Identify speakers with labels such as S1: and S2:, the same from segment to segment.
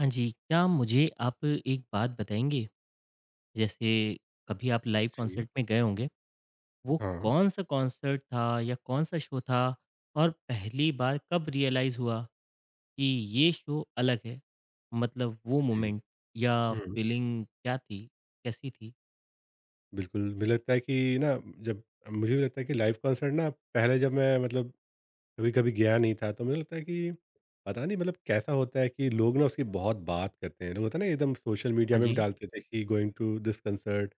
S1: हाँ जी, क्या मुझे आप एक बात बताएँगे, जैसे कभी आप लाइव
S2: जी।
S1: कॉन्सर्ट में गए होंगे, वो
S2: हाँ।
S1: कौन-सा कॉन्सर्ट था या कौन-सा शो था? और पहली बार कब रियलाइज़ हुआ कि ये शो अलग है? मतलब वो
S2: जी।
S1: मोमेंट या
S2: हुँ।
S1: फीलिंग क्या थी? कैसी थी?
S2: बिल्कुल, मुझे लगता है कि ना, जब मुझे भी लगता है कि लाइव कॉन्सर्ट ना, पहले जब मैं मतलब कभी-कभी गया नहीं था, तो मुझे लगता है कि पता नहीं मतलब कैसा होता है कि लोग ना उसकी बहुत बात करते हैं। लोग होता है ना एकदम सोशल मीडिया
S1: हाँ
S2: में भी
S1: जी,
S2: डालते थे कि गोइंग टू दिस कॉन्सर्ट,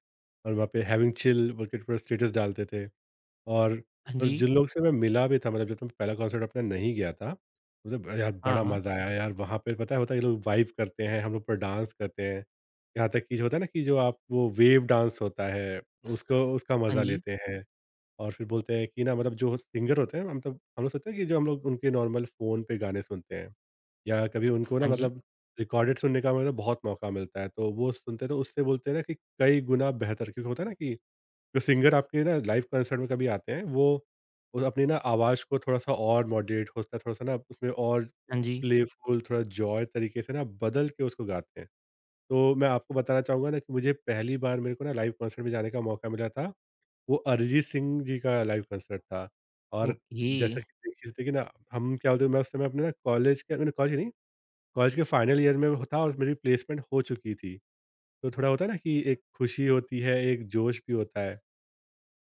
S2: और वहाँ पे हैविंग चिल बोल के पूरा स्टेटस डालते थे। और
S1: हाँ
S2: मतलब
S1: जी,
S2: जिन लोग से मैं मिला भी था, मतलब जब मैं पहला कॉन्सर्ट अपना नहीं गया था, मतलब यार
S1: हाँ,
S2: बड़ा
S1: हाँ,
S2: मज़ा आया यार, वहाँ पे पता है होता है ये लोग वाइब करते हैं, हम लोग पर डांस करते हैं। यहाँ तक कि जो होता है ना, कि जो आप वो वेव डांस होता है, उसको उसका
S1: हाँ
S2: मज़ा
S1: जी,
S2: लेते हैं। और फिर बोलते हैं कि ना मतलब जो सिंगर होते हैं, मतलब हम लोग सोचते हैं कि जो हम लोग उनके नॉर्मल फ़ोन पे गाने सुनते हैं, या कभी उनको ना
S1: हाँ जी,
S2: मतलब रिकॉर्डेड सुनने का मतलब बहुत मौका मिलता है, तो वो सुनते हैं तो उससे बोलते हैं ना कि कई गुना बेहतर, क्योंकि होता है ना कि जो सिंगर आपके ना लाइव कंसर्ट में कभी आते हैं, वो अपनी ना आवाज़ को थोड़ा-सा और मॉडरेट होता है, थोड़ा-सा ना उसमें और
S1: हाँ जी,
S2: प्लेफुल, थोड़ा जॉय तरीके से ना बदल के उसको गाते हैं। तो मैं आपको बताना चाहूँगा ना कि मुझे पहली बार मेरे को ना लाइव कंसर्ट में जाने का मौका मिला था, वो अरिजीत सिंह जी का लाइव कंसर्ट था। और
S1: ओके,
S2: जैसा कि देखिए थे कि ना हम क्या बोलते हैं, मैं उस समय अपने ना कॉलेज के, मैंने कॉलेज नहीं, कॉलेज के फाइनल ईयर में था और मेरी प्लेसमेंट हो चुकी थी। तो थोड़ा होता है ना कि एक खुशी होती है, एक जोश भी होता है।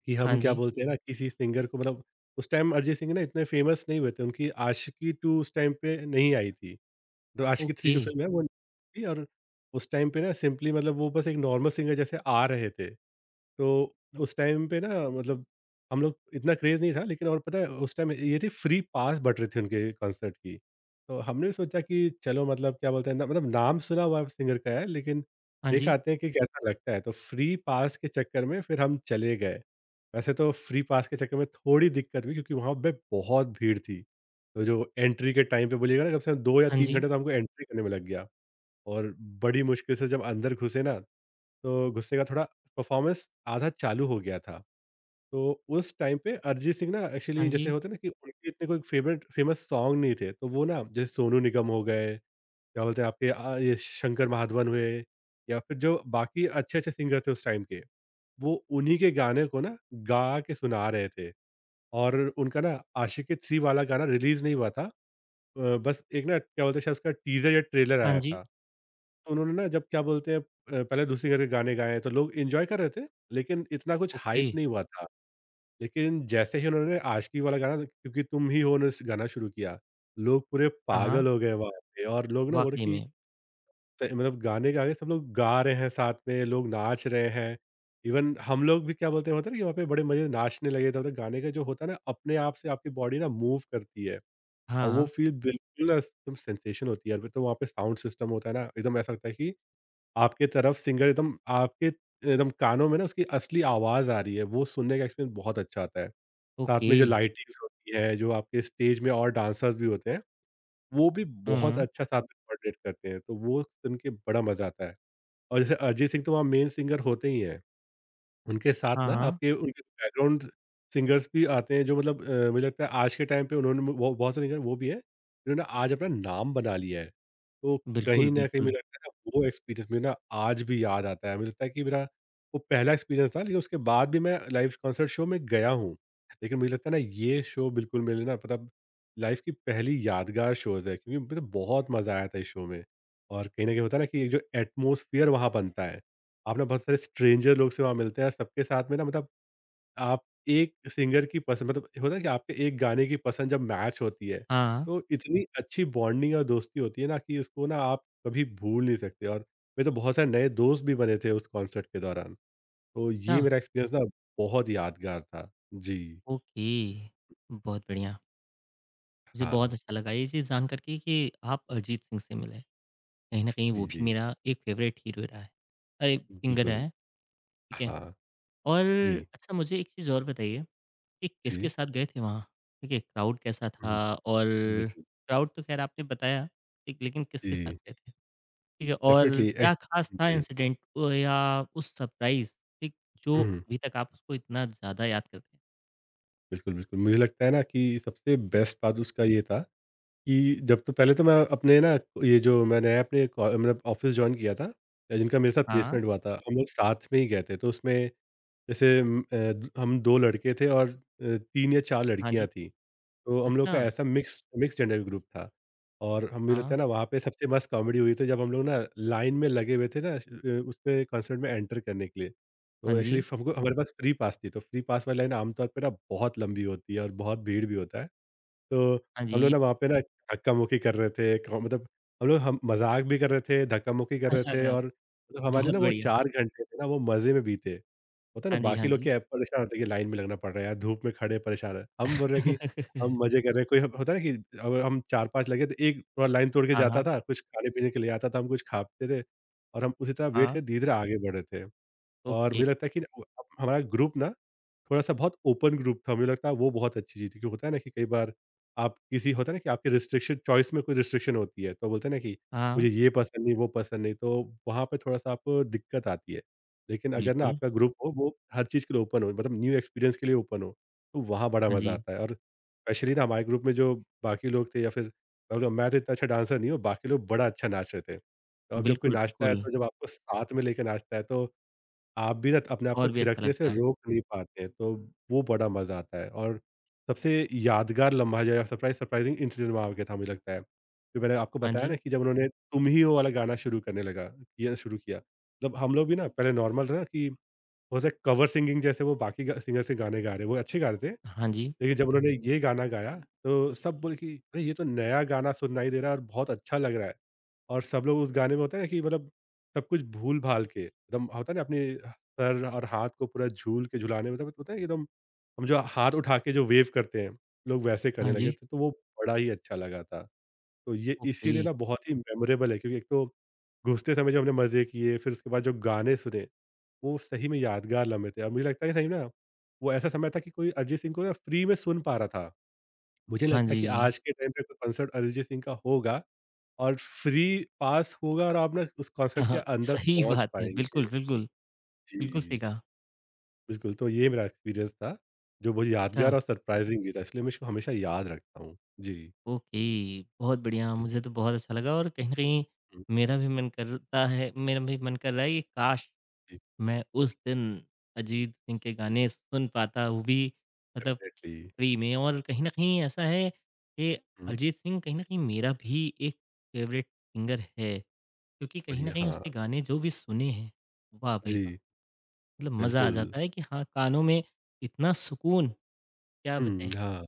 S2: कि
S1: हाँ
S2: हम क्या
S1: जी,
S2: बोलते हैं ना, किसी सिंगर को मतलब उस टाइम अरिजीत सिंह ना इतने फेमस नहीं हुए थे। उनकी आशिकी 2 उस टाइम पे नहीं आई थी। तो आशिकी 3
S1: ओके,
S2: जो फ़िल्म है वो नहीं थी। और उस टाइम पे ना सिंपली मतलब वो बस एक नॉर्मल सिंगर जैसे आ रहे थे। तो उस टाइम पे ना मतलब हम लोग इतना क्रेज़ नहीं था, लेकिन और पता है उस टाइम ये थी फ्री पास बट रही थी उनके कॉन्सर्ट की। तो हमने सोचा कि चलो मतलब क्या बोलते हैं ना, मतलब नाम सुना हुआ सिंगर का है, लेकिन
S1: हाँ
S2: देख
S1: जी,
S2: आते हैं कि कैसा लगता है। तो फ्री पास के चक्कर में फिर हम चले गए। वैसे तो फ्री पास के चक्कर में थोड़ी दिक्कत हुई, क्योंकि वहाँ पे बहुत भीड़ थी। तो जो एंट्री के टाइम पे बोलिएगा ना कम से कम 2 या
S1: हाँ
S2: 3
S1: जी,
S2: घंटे तो हमको एंट्री करने में लग गया। और बड़ी मुश्किल से जब अंदर घुसे ना, तो गुस्से का थोड़ा परफ़ॉर्मेंस आधा चालू हो गया था। तो उस टाइम पे अरिजीत सिंह ना
S1: हाँ
S2: एक्चुअली जैसे
S1: जी,
S2: होता है ना कि उनके इतने कोई फेवरेट फ़ेमस सॉन्ग नहीं थे। तो वो ना जैसे सोनू निगम हो गए, क्या बोलते हैं आपके ये शंकर महाधवन हुए, या फिर जो बाकी अच्छे-अच्छे सिंगर थे उस टाइम के, वो उन्हीं के गाने को ना गा के सुना रहे थे। और उनका ना आशिकी 3 वाला गाना रिलीज़ नहीं हुआ था। बस एक ना क्या बोलते हैं शायद उसका टीज़र या ट्रेलर
S1: हाँ
S2: आया
S1: जी,
S2: था। तो उन्होंने ना जब क्या बोलते हैं पहले दूसरी घर के गाने गाए तो लोग एन्जॉय कर रहे थे, लेकिन इतना कुछ
S1: ओके,
S2: हाइप नहीं हुआ था। लेकिन जैसे ही उन्होंने आशिकी वाला गाना, क्योंकि तुम ही हो न, गाना शुरू किया, लोग पूरे
S1: हाँ, हाँ,
S2: पागल हो गए वहाँ पे और लोग ना बोले
S1: वाक़ई
S2: कि
S1: में,
S2: त मतलब गाने गा के सब लोग गा रहे हैं साथ में, लोग नाच रहे हैं। इवन हम लोग भी क्या बोलते हैं होता है ना कि वहाँ पे बड़े मज़े से नाचने लगे थे, मतलब गाने का जो होता है ना, अपने आप से आपकी बॉडी ना मूव करती है।
S1: हाँ,
S2: और वो
S1: हाँ।
S2: फ़ील बिल्कुल ना एकदम सेंसेशन होती है। तो वहाँ पे साउंड सिस्टम होता है ना, एकदम ऐसा लगता है कि आपके तरफ सिंगर एकदम आपके एकदम कानों में ना उसकी असली आवाज़ आ रही है, वो सुनने का एक्सपीरियंस बहुत अच्छा आता है। साथ
S1: ओके।
S2: में जो लाइटिंग्स होती है, जो आपके स्टेज में और डांसर्स भी होते हैं, वो भी
S1: हुँ,
S2: बहुत
S1: हुँ।
S2: अच्छा साथ में कोऑर्डिनेट करते हैं, तो वो सुन के बड़ा मज़ा आता है। और जैसे अरिजीत सिंह तो वहाँ मेन सिंगर होते ही हैं। उनके साथ
S1: हाँ,
S2: ना
S1: हाँ।
S2: आपके उनके बैकग्राउंड सिंगर्स भी आते हैं, जो मतलब मुझे लगता है आज के टाइम पे उन्होंने वो बहुत सारे सिंगर वो भी हैं जिन्होंने आज अपना नाम बना लिया है। तो
S1: बिल्कुल,
S2: कहीं न कहीं
S1: बिल्कुल।
S2: मुझे लगता है ना वो एक्सपीरियंस मुझे ना आज भी याद आता है। मुझे लगता है कि मेरा वो पहला एक्सपीरियंस था, लेकिन उसके बाद भी मैं लाइव कॉन्सर्ट शो में गया हूँ। लेकिन मुझे लगता है ना ये शो बिल्कुल मेरे लिए ना मतलब लाइफ की पहली यादगार शोज़ है, क्योंकि मुझे बहुत मज़ा आया था इस शो में। और कहीं न कहीं होता है ना कि एक जो एटमॉस्फियर वहाँ बनता है, आप ना बहुत सारे स्ट्रेंजर लोग से वहाँ मिलते हैं और सबके साथ में ना मतलब आप एक सिंगर की पसंद मतलब होता है कि आपके एक गाने की पसंद जब मैच होती है,
S1: हाँ।
S2: तो इतनी अच्छी बॉन्डिंग और दोस्ती होती है ना कि उसको ना आप कभी भूल नहीं सकते। और मेरे तो बहुत सारे नए दोस्त भी बने थे उस कॉन्सर्ट के दौरान। तो
S1: अच्छा,
S2: ये मेरा एक्सपीरियंस ना बहुत यादगार था। जी।
S1: ओके। बहुत बढ़िया। मुझे बहुत
S2: हाँ।
S1: अच्छा लगा ये चीज़ जान कर के कि आप अरिजीत सिंह से मिले। कहीं न कहीं वो
S2: जी,
S1: भी
S2: जी।
S1: मेरा एक फ़ेवरेट हीरो रहा है अरे! सिंगर रहा
S2: बिल्कुल।
S1: है, ठीक है।
S2: हाँ।
S1: और
S2: जी,
S1: अच्छा मुझे एक चीज़ और बताइए कि किसके
S2: जी।
S1: साथ गए थे वहाँ? ठीक है, क्राउड कैसा
S2: हुँ,
S1: था? और
S2: बिल्कुल।
S1: क्राउड तो ख़ैर आपने बताया, ठीक लेकिन किसके साथ
S2: जी,
S1: गए थे? ठीक है, और
S2: डेफ़िनेटली
S1: क्या
S2: एक्च
S1: ख़ास था
S2: बताइए।
S1: इंसिडेंट या उस सरप्राइज़, ठीक, जो
S2: हुँ।
S1: अभी तक आप उसको इतना ज़्यादा याद करते हैं?
S2: बिल्कुल, बिल्कुल। मुझे लगता है ना कि सबसे
S1: हुँ,
S2: बेस्ट बात उसका ये था कि जब तो पहले तो मैं अपने ना, ये जो मैंने अपने कॉ मतलब ऑफ़िस जॉइन किया था, जिनका मेरे साथ
S1: हाँ,
S2: प्लेसमेंट हुआ था, हम लोग साथ में ही गए थे। तो उसमें जैसे हम 2 लड़के थे और 3 या 4
S1: हाँ
S2: लड़कियाँ
S1: जी,
S2: थीं। तो हम लोग का
S1: अच्छा,
S2: ऐसा मिक्स मिक्स जेंडर ग्रुप था। और हमें लगता
S1: हाँ,
S2: है ना वहाँ पे सबसे मस्त कॉमेडी हुई थी जब हम लोग ना लाइन में लगे हुए थे ना, उसमें कॉन्सर्ट में एंटर करने के लिए।
S1: हाँ
S2: तो एक्चुअली
S1: जी,
S2: हमको हमारे पास फ्री पास थी, तो फ्री पास वाली लाइन आमतौर पे ना बहुत लंबी होती है और बहुत भीड़ भी होता है। तो
S1: हाँ जी,
S2: हम लोग
S1: ये
S2: ना वहाँ पे ना धक्का-मुक्की कर रहे थे, क मतलब हम लोग हम मज़ाक भी कर रहे थे, धक्का-मुक्की कर रहे थे, और मतलब हमारे
S1: बहुत
S2: ना वो
S1: बढ़िया,
S2: 4 घंटे थे ना वो मज़े में बीते। होता है
S1: हाँ
S2: ना
S1: जी, हाँ
S2: बाकी लोग
S1: जी।
S2: क्या है परेशान होते हैं कि लाइन में लगना पड़ रहा है, या धूप में खड़े परेशान हैं। हम बोल रहे हैं कि हम मज़े कर रहे हैं, कोई होता है ना कि अब हम 4-5 लगे तो एक थोड़ा लाइन तोड़ के
S1: हाँ, हाँ,
S2: जाता था, कुछ खाने-पीने के लिए आता था, हम कुछ खाते थे, और हम उसी तरह वेट
S1: हाँ,
S2: कर धीरे-धीरे आगे बढ़ रहे थे। और
S1: ओके,
S2: मुझे लगता है कि ना हमारा ग्रुप ना थोड़ा-सा बहुत ओपन ग्रुप था, मुझे लगता है वो बहुत अच्छी चीज़ थी, क्योंकि होता है ना कि कई बार आप किसी होता है ना कि आपके रिस्ट्रिक्शन चॉइस में कोई रिस्ट्रिक्शन होती है, तो बोलते हैं ना कि
S1: हाँ,
S2: मुझे ये पसंद नहीं, वो पसंद नहीं, तो वहाँ पे थोड़ा-सा आपको दिक्कत आती है। लेकिन अगर ना
S1: बिल्कुल,
S2: आपका ग्रुप हो, वो हर चीज़ के लिए ओपन हो, मतलब न्यू एक्सपीरियंस के लिए ओपन हो, तो वहाँ बड़ा
S1: हाँ
S2: मज़ा
S1: जी,
S2: आता है। और स्पेशली ना हमारे ग्रुप में जो बाकी लोग थे, या फिर मतलब, मैं तो इतना अच्छा डांसर नहीं हूँ, बाकी लोग बड़ा अच्छा नाच रहे थे। और जब कोई
S1: बिल्कुल,
S2: नाचता है,
S1: बिल्कुल,
S2: तो जब आपको साथ में लेके नाचता है, तो आप भी ना अपने आप को
S1: और भी अच्छा
S2: थिरकने से
S1: लगता है।
S2: रोक नहीं पाते हैं। तो वो बड़ा मज़ा आता है, और सबसे यादगार लम्हा जो है, सरप्राइज़िंग इंसिडेंट वहाँ पे था, मुझे लगता है। जो मैंने आपको
S1: हाँ
S2: बताया
S1: जी,
S2: ना कि जब उन्होंने तुम ही हो वाला गाना शुरू करने लगा, ये शुरू किया। मतलब हम लोग भी ना पहले नॉर्मल रहा कि हो सकता है कवर सिंगिंग जैसे, वो बाकी ग सिंगर से गाने गा रहे हैं, वो अच्छे गा रहे थे।
S1: हाँ जी,
S2: देखिए, जब उन्होंने ये गाना गाया, तो सब बोले कि अरे! ये तो नया गाना सुनाई दे रहा है और बहुत अच्छा लग रहा है। और सब लोग उस गाने में होता है ना कि मतलब सब कुछ भूल-भाल के एकदम होता है ना अपने सर और हाथ को पूरा झूल के झुलाने में, मतलब होता है कि एकदम हम जो हाथ उठा के जो वेव करते हैं, लोग वैसे
S1: हाँ
S2: करने लगे
S1: जी,
S2: थे, तो वो बड़ा ही अच्छा लगा था। तो ये
S1: ओके,
S2: इसीलिए ना बहुत ही मेमोरेबल है क्योंकि एक तो घुसते समय जो हमने मज़े किए, फिर उसके बाद जो गाने सुने वो सही में यादगार लम्हे थे और मुझे लगता है कि सही में ना, वो ऐसा समय था कि कोई अरिजीत सिंह को ना फ्री में सुन पा रहा था। मुझे नहीं
S1: हाँ
S2: लगता कि
S1: जी,
S2: आज के टाइम पे कोई कॉन्सर्ट अरिजीत सिंह का होगा और फ्री पास होगा और आप ना उस
S1: हाँ,
S2: कॉन्सर्ट के
S1: हाँ,
S2: अंदर
S1: सही
S2: पहुँच
S1: बात है, बिल्कुल,
S2: पाएँगे।
S1: बिल्कुल, बिल्कुल सही
S2: जी,
S1: कहा,
S2: बिल्कुल तो ये मेरा एक्सपीरियंस था, जो मुझे
S1: अच्छा।
S2: यादगार और सरप्राइज़िंग भी था इसलिए मैं इसको हमेशा याद रखता हूँ। जी।
S1: ओके, बहुत बढ़िया।
S2: हुँ,
S1: मुझे तो बहुत अच्छा लगा और कहीं न कहीं
S2: हुँ,
S1: मेरा भी मन करता है मेरा भी मन कर रहा है कि काश!
S2: जी,
S1: मैं उस दिन अरिजीत सिंह के गाने सुन पाता, वो भी मतलब
S2: डेफ़िनेटली।
S1: फ्री में और कहीं न कहीं ऐसा है कि
S2: हुँ,
S1: अरिजीत सिंह कहीं न कहीं मेरा भी एक फ़ेवरेट सिंगर है, क्योंकि कहीं न
S2: बढ़िया
S1: कहीं
S2: हाँ,
S1: उसके गाने जो भी सुने हैं, वाह भई वाह!
S2: जी,
S1: मतलब मज़ा आ
S2: बिल्कुल।
S1: जाता है कि हाँ, कानों में इतना सुकून, क्या
S2: हुँ,
S1: बताएँ।
S2: हाँ,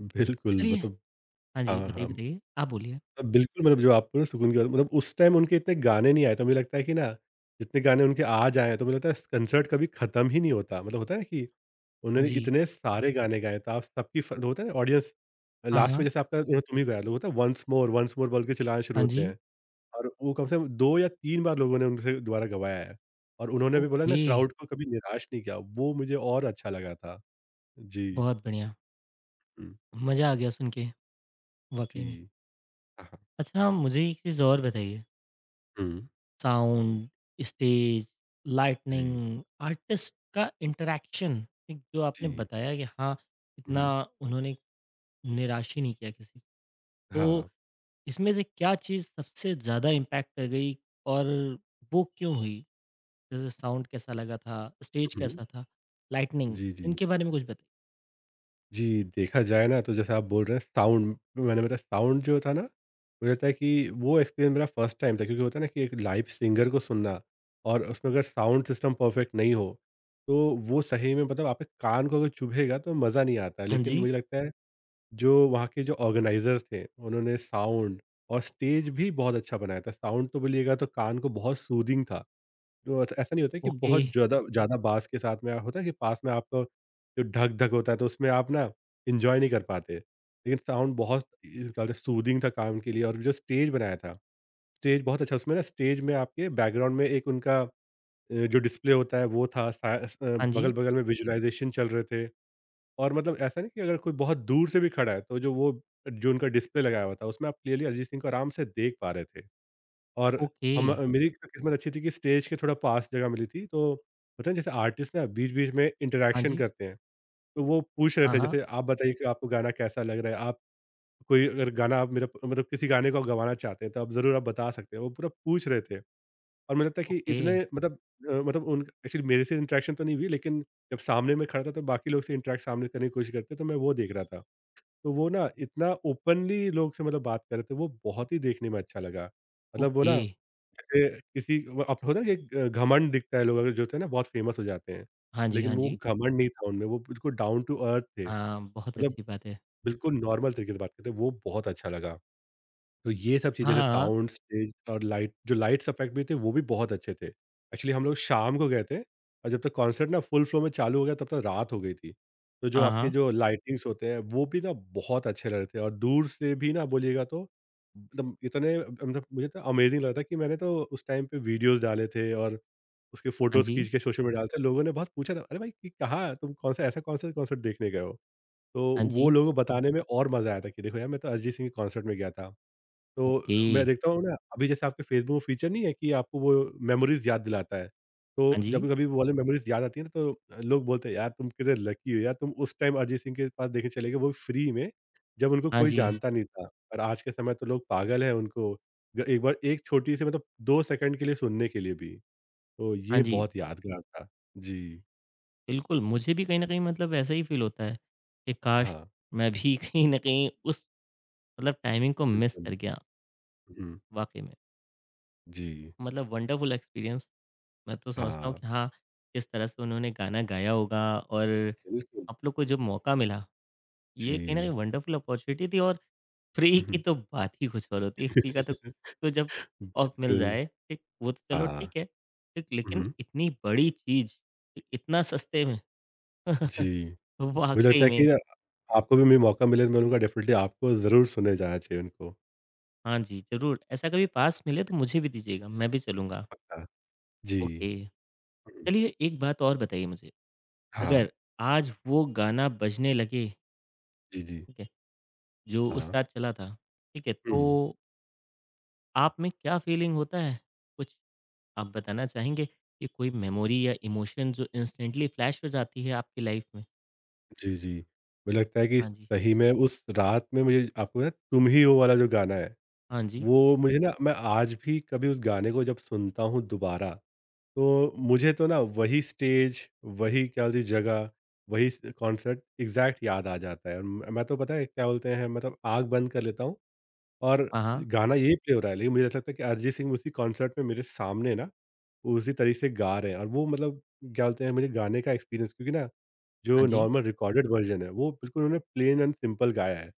S2: बिल्कुल
S1: चलिए
S2: मतलब
S1: हाँ जी,
S2: हाँ,
S1: बताइए,
S2: हाँ।
S1: बताइए। आप बोलिए।
S2: बिल्कुल, मतलब जो आपको ना सुकून की बात मतलब उस टाइम उनके इतने गाने नहीं आए, तो मुझे लगता है कि ना, जितने गाने उनके आज आए हैं, तो मुझे लगता है कंसर्ट कभी खत्म ही नहीं होता। मतलब होता है ना कि
S1: हाँ
S2: उन्होंने
S1: जी।
S2: इतने सारे गाने गाए, तो आप सबकी फ होता है ना ऑडियंस
S1: हाँ,
S2: लास्ट में
S1: हाँ।
S2: जैसे आपका उन्होंने तुम ही गाया, लोग होता है वन्स मोर बोल के चिल्लाना शुरू
S1: हाँ
S2: होते
S1: जी।
S2: हैं और वो कम से कम 2 या 3 बार लोगों ने उनसे दोबारा गवाया है और उन्होंने भी बोला ना
S1: ओके,
S2: क्राउड को कभी निराश नहीं किया, वो मुझे और अच्छा लगा था। जी।
S1: बहुत बढ़िया।
S2: हुँ,
S1: मज़ा आ गया सुन के, वाक़ई में।
S2: जी। हाँ, हाँ।
S1: अच्छा मुझे एक चीज़ और बताइए,
S2: हुँ,
S1: साउंड, स्टेज, लाइटनिंग,
S2: जी,
S1: आर्टिस्ट का इंटरैक्शन एक जो आपने
S2: जी।
S1: बताया कि हाँ, इतना
S2: हुँ,
S1: उन्होंने निराश ही नहीं किया किसी को। तो
S2: हाँ।
S1: इसमें से क्या चीज़ सबसे ज़्यादा इम्पैक्ट कर गई और वो क्यों हुई? जैसे साउंड कैसा लगा था, स्टेज
S2: हुँ, हुँ।
S1: कैसा था, लाइटनिंग
S2: जी, जी।
S1: इनके बारे में कुछ बताइए?
S2: जी, देखा जाए ना तो जैसे आप बोल रहे हैं साउंड मैंने बताया साउंड जो था ना, मुझे लगता है कि वो एक्सपीरियंस मेरा फर्स्ट टाइम था क्योंकि होता है ना कि एक लाइव सिंगर को सुनना और उसमें अगर साउंड सिस्टम परफेक्ट नहीं हो, तो वो सही में मतलब आपके कान को अगर चुभेगा तो मज़ा नहीं आता।
S1: हाँ
S2: लेकिन
S1: जी,
S2: मुझे लगता है जो वहाँ के जो ऑर्गेनाइज़र्स थे, उन्होंने साउंड और स्टेज भी बहुत अच्छा बनाया था। साउंड तो बोलिएगा तो कान को बहुत सूदिंग था। तो ऐसा ऐसा नहीं होता है कि
S1: ओके,
S2: बहुत ज़्यादा ज़्यादा बाँस के साथ में होता है कि पास में आपको जो ढक-ढक होता है तो उसमें आप ना एन्जॉय नहीं कर पाते। लेकिन साउंड बहुत इस ज़्यादा सूदिंग था काम के लिए और जो स्टेज बनाया था, स्टेज बहुत अच्छा उसमें ना स्टेज में आपके बैकग्राउंड में एक उनका जो डिस्प्ले होता है वो था
S1: हाँ जी,
S2: बगल-बगल में विजुअलाइज़ेशन चल रहे थे और मतलब ऐसा नहीं कि अगर कोई बहुत दूर से भी खड़ा है तो जो वो जो उनका डिस्प्ले लगाया हुआ था उसमें आप क्लियरली अरिजीत सिंह को आराम से देख पा रहे थे। और
S1: ओके,
S2: हम मेरी तो किस्मत अच्छी थी कि स्टेज के थोड़ा पास जगह मिली थी, तो होता है ना जैसे आर्टिस्ट ना बीच-बीच में
S1: हाँ
S2: इंटरैक्शन
S1: जी,
S2: करते हैं, तो वो पूछ रहे
S1: हाँ,
S2: थे
S1: हाँ।
S2: जैसे आप बताइए कि आपको गाना कैसा लग रहा है? आप कोई अगर गाना आप मेरा मतलब किसी गाने को आप गवाना चाहते हैं, तो आप ज़रूर आप बता सकते हैं। वो पूरा पूछ रहे थे और मुझे लगता है कि
S1: ओके,
S2: इतने मतलब मतलब उन एक्चुअली मेरे से इंटरैक्शन तो नहीं हुई लेकिन जब सामने मैं खड़ा था, तो बाकी लोग से इंटरैक्ट सामने करने की कोशिश करते, तो मैं वो देख रहा था। तो वो ना इतना ओपनली लोग से मतलब बात कर रहे थे, वो बहुत ही देखने में अच्छा लगा। मतलब वो
S1: ओके।
S2: ना जैसे किसी वो अब होता है ना कि एक घमंड दिखता है लोग अगर जो होते हैं ना बहुत फ़ेमस हो जाते हैं।
S1: हाँ जी,
S2: लेकिन
S1: हाँ
S2: वो
S1: जी।
S2: घमंड नहीं था उनमें, वो बिल्कुल डाउन टू अर्थ थे।
S1: हाँ, बहुत
S2: मतलब
S1: अच्छी बात है।
S2: बिल्कुल नॉर्मल तरीके से बात करते हैं, वो बहुत अच्छा लगा। तो ये सब चीज़ जैसे
S1: हाँ।
S2: साउंड, स्टेज और लाइट जो लाइट्स इफ़ेक्ट भी थे वो भी बहुत अच्छे थे। एक्चुअली हम लोग शाम को गए थे और जब तक कॉन्सर्ट ना फुल फ्लो में चालू हो गया तब तक रात हो गई थी। तो जो
S1: हाँ,
S2: आपके
S1: हाँ।
S2: जो लाइटिंग्स होते हैं वो भी ना बहुत अच्छे लग रहे थे और दूर से भी ना बोलिएगा तो मतलब इतने मतलब मुझे तो अमेज़िंग लग रहा था कि मैंने तो उस टाइम पे वीडियोज़ डाले थे और उसके
S1: हाँ
S2: फ़ोटोज़
S1: जी,
S2: खींच के सोशल मीडिया डाले थे। लोगों ने बहुत पूछा था, "अरे भाई ये कहाँ तुम कौन-सा ऐसा कौन-सा कॉन्सर्ट देखने गए हो?" तो
S1: हाँ
S2: वो
S1: जी।
S2: लोगों को बताने में और मज़ा आया था कि देखो यार मैं तो अरिजीत सिंह के कॉन्सर्ट में गया था।
S1: ओके।
S2: तो मैं देखता हूँ ना, अभी जैसे आपके फ़ेसबुक में फ़ीचर नहीं है कि आपको वो मेमोरीज़ याद दिलाता है।
S1: हाँ
S2: तो जब
S1: जी,
S2: भी कभी वो वाली मेमोरीज़ याद आती है ना, तो लोग बोलते हैं, "यार, तुम कितने लकी हो यार, तुम उस टाइम अरिजीत सिंह के पास देखने चले गए, वो भी फ्री में, जब उनको
S1: हाँ
S2: कोई
S1: जी,
S2: जानता नहीं था। और आज के समय तो लोग पागल हैं उनको ग एक बार एक छोटी-सी मतलब 2 सेकंड के लिए सुनने के लिए भी।" तो
S1: हाँ
S2: ये
S1: जी।
S2: बहुत यादगार था। जी।
S1: बिल्कुल, मुझे भी कहीं न कहीं मतलब ऐसा ही फ़ील होता है कि काश!
S2: हाँ,
S1: मैं भी कहीं न कहीं उस मतलब टाइमिंग को मिस
S2: बिल्कुल।
S1: कर गया,
S2: हुँ,
S1: वाक़ई में।
S2: जी।
S1: मतलब वंडरफुल एक्सपीरियंस मैं तो समझता हूँ
S2: हाँ,
S1: कि हाँ, किस तरह से उन्होंने गाना गाया होगा और
S2: बिल्कुल।
S1: आप लोग को जो मौका मिला, ये कहीं न कहीं
S2: जी।
S1: वंडरफुल अपॉर्च्युनिटी थी और फ्री की तो बात ही कुछ और होती है, फ्री का तो जब ऑफ मिल
S2: बिल्कुल।
S1: जाए, ठीक, वो तो चलो
S2: हाँ।
S1: ठीक है, ठीक,
S2: हुँ,
S1: लेकिन
S2: हुँ।
S1: इतनी बड़ी चीज़, ठीक, इतना सस्ते में,
S2: जी, मुझे लगता
S1: वाक़ई
S2: है
S1: में।
S2: कि ना आपको भी मैं मौका मिले तो मैं बोलूँगा डेफ़िनिटली आपको ज़रूर सुने जाना चाहिए उनको।
S1: हाँ जी, ज़रूर, ऐसा कभी पास मिले तो मुझे भी दीजिएगा, मैं भी चलूँगा।
S2: हाँ। जी।
S1: ओके,
S2: हुँ,
S1: चलिए एक बात और बताइए मुझे,
S2: हाँ।
S1: अगर आज वो गाना बजने लगे,
S2: जी, जी,
S1: ठीक है, जो उस
S2: हाँ।
S1: रात चला था, ठीक है,
S2: हुँ,
S1: तो आप में क्या फ़ीलिंग होता है? कुछ? आप बताना चाहेंगे कि कोई मेमोरी या इमोशन जो इंस्टेंटली फ्लैश हो जाती है आपकी लाइफ में?
S2: जी, जी। मुझे लगता है कि
S1: हाँ जी,
S2: सही में उस रात में मुझे आपको ना तुम ही हो वाला जो गाना है,
S1: हाँ जी,
S2: वो मुझे ना मैं आज भी कभी उस गाने को जब सुनता हूँ दोबारा, तो मुझे तो ना वही स्टेज, वही क्या बोलते हैं जगह, वही स कॉन्सर्ट एग्ज़ैक्ट याद आ जाता है। और मैं तो पता है क्या बोलते हैं मतलब आँख बंद कर लेता हूँ और
S1: हाँ, हाँ,
S2: गाना यही प्ले हो रहा है, लेकिन मुझे ऐसा लगता है कि अरिजीत सिंह उसी कॉन्सर्ट में मेरे सामने ना, उसी तरीके से गा रहे हैं और वो मतलब क्या बोलते हैं, मुझे गाने का एक्सपीरियंस क्योंकि ना, जो
S1: हाँ जी,
S2: नॉर्मल रिकॉर्डेड वर्ज़न है, वो बिल्कुल उन्होंने प्लेन एंड सिंपल गाया है।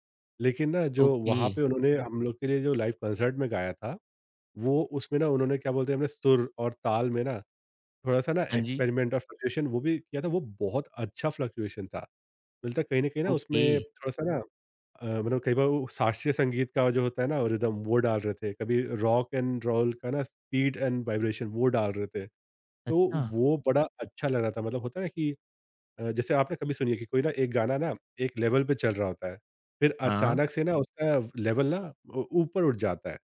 S2: लेकिन ना जो
S1: ओके,
S2: वहाँ पे उन्होंने हम लोग के लिए जो लाइव कॉन्सर्ट में गाया था, वो उसमें ना उन्होंने क्या बोलते हैं, हमने सुर और ताल में ना थोड़ा-सा ना
S1: हाँ जी,
S2: एक्सपेरिमेंट और फ्लक्चुएशन वो भी किया था, वो बहुत अच्छा फ्लक्चुएशन था। मिलता है कहीं न कहीं ना
S1: ओके,
S2: उसमें थोड़ा-सा ना मतलब कई बार वो शास्त्रीय संगीत का जो होता है ना रिदम वो डाल रहे थे, कभी रॉक एंड रोल का ना स्पीड एंड वाइब्रेशन वो डाल रहे थे। तो
S1: अच्छा,
S2: वो बड़ा अच्छा लग रहा था मतलब होता है ना कि जैसे आपने कभी सुनी है कि कोई ना एक गाना ना एक लेवल पे चल रहा होता है, फिर
S1: हाँ, हाँ
S2: अचानक से ना उसका लेवल ना उ ऊपर उठ जाता है।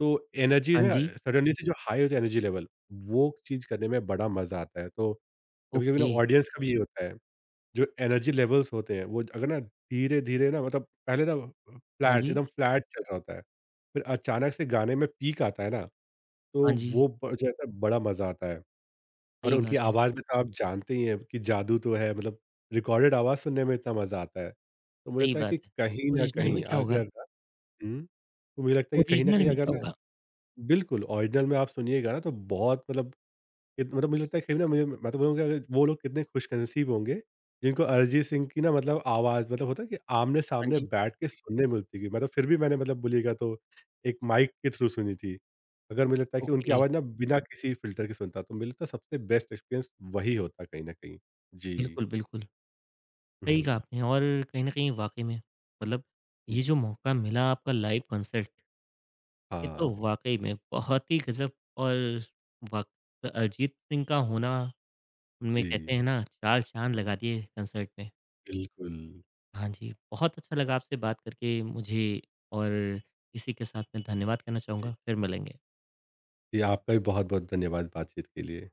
S2: तो एनर्जी
S1: हाँ
S2: ना
S1: जी,
S2: सडनली से जो हाई होता है एनर्जी लेवल, वो चीज़ करने में बड़ा मज़ा आता है। तो कभी-कभी ना
S1: ओके,
S2: ऑडियंस का भी ये होता है। जो एनर्जी लेवल्स होते हैं, वो अगर ना धीरे-धीरे ना मतलब पहले ना
S1: हाँ
S2: फ्लैट
S1: जी,
S2: एकदम फ्लैट चल रहा होता है। फिर अचानक से गाने में पीक आता है ना,
S1: हाँ
S2: तो
S1: जी,
S2: वो ब जो है ना, बड़ा मज़ा आता है। और
S1: सही
S2: उनकी
S1: बात है,
S2: आवाज़ में तो आप जानते ही हैं कि जादू तो है मतलब रिकॉर्डेड आवाज़ सुनने में इतना मज़ा आता है। तो मुझे
S1: सही
S2: लगता है कि
S1: बात है।
S2: कहीं न
S1: ओरिजिनल में
S2: कहीं
S1: क्या होगा
S2: अगर हुँ, तो मुझे लगता है कि कहीं न
S1: ओरिजिनल
S2: कहीं
S1: में
S2: अगर
S1: क्या
S2: ना
S1: होगा?
S2: बिल्कुल ओरिजिनल में आप सुनिएगा ना तो बहुत मतलब इत मतलब मुझे लगता है कहीं ना मुझे मैं तो बोलूँगा अगर वो लोग कितने खुशनसीब होंगे जिनको अरिजीत सिंह की ना मतलब आवाज़ मतलब होता है कि
S1: हाँ
S2: आमने-सामने
S1: जी,
S2: बैठ के सुनने मिलती थी। मतलब फिर भी मैंने मतलब बोलिएगा तो एक माइक के थ्रू सुनी थी। अगर मुझे लगता है कि उनकी
S1: ओके,
S2: आवाज़ ना बिना किसी फ़िल्टर के सुनता तो मुझे लगता है सबसे बेस्ट एक्सपीरियंस वही होता कहीं न कहीं। जी।
S1: बिल्कुल, बिल्कुल, सही
S2: हुँ,
S1: कहा आपने और कहीं न कहीं वाक़ई में मतलब ये
S2: जी।
S1: जो मौका मिला आपका लाइव कंसर्ट ये तो
S2: हाँ,
S1: वाक़ई में बहुत ही गज़ब और वक़्त अरिजीत सिंह का होना उनमें कहते
S2: जी।
S1: हैं ना चार चाँद लगा दिए कंसर्ट में।
S2: बिल्कुल।
S1: हाँ जी, बहुत अच्छा लगा आपसे बात करके मुझे और इसी के साथ मैं धन्यवाद कहना
S2: जी।
S1: चाहूँगा। फिर मिलेंगे।
S2: जी, आपका भी बहुत-बहुत धन्यवाद बातचीत के लिए।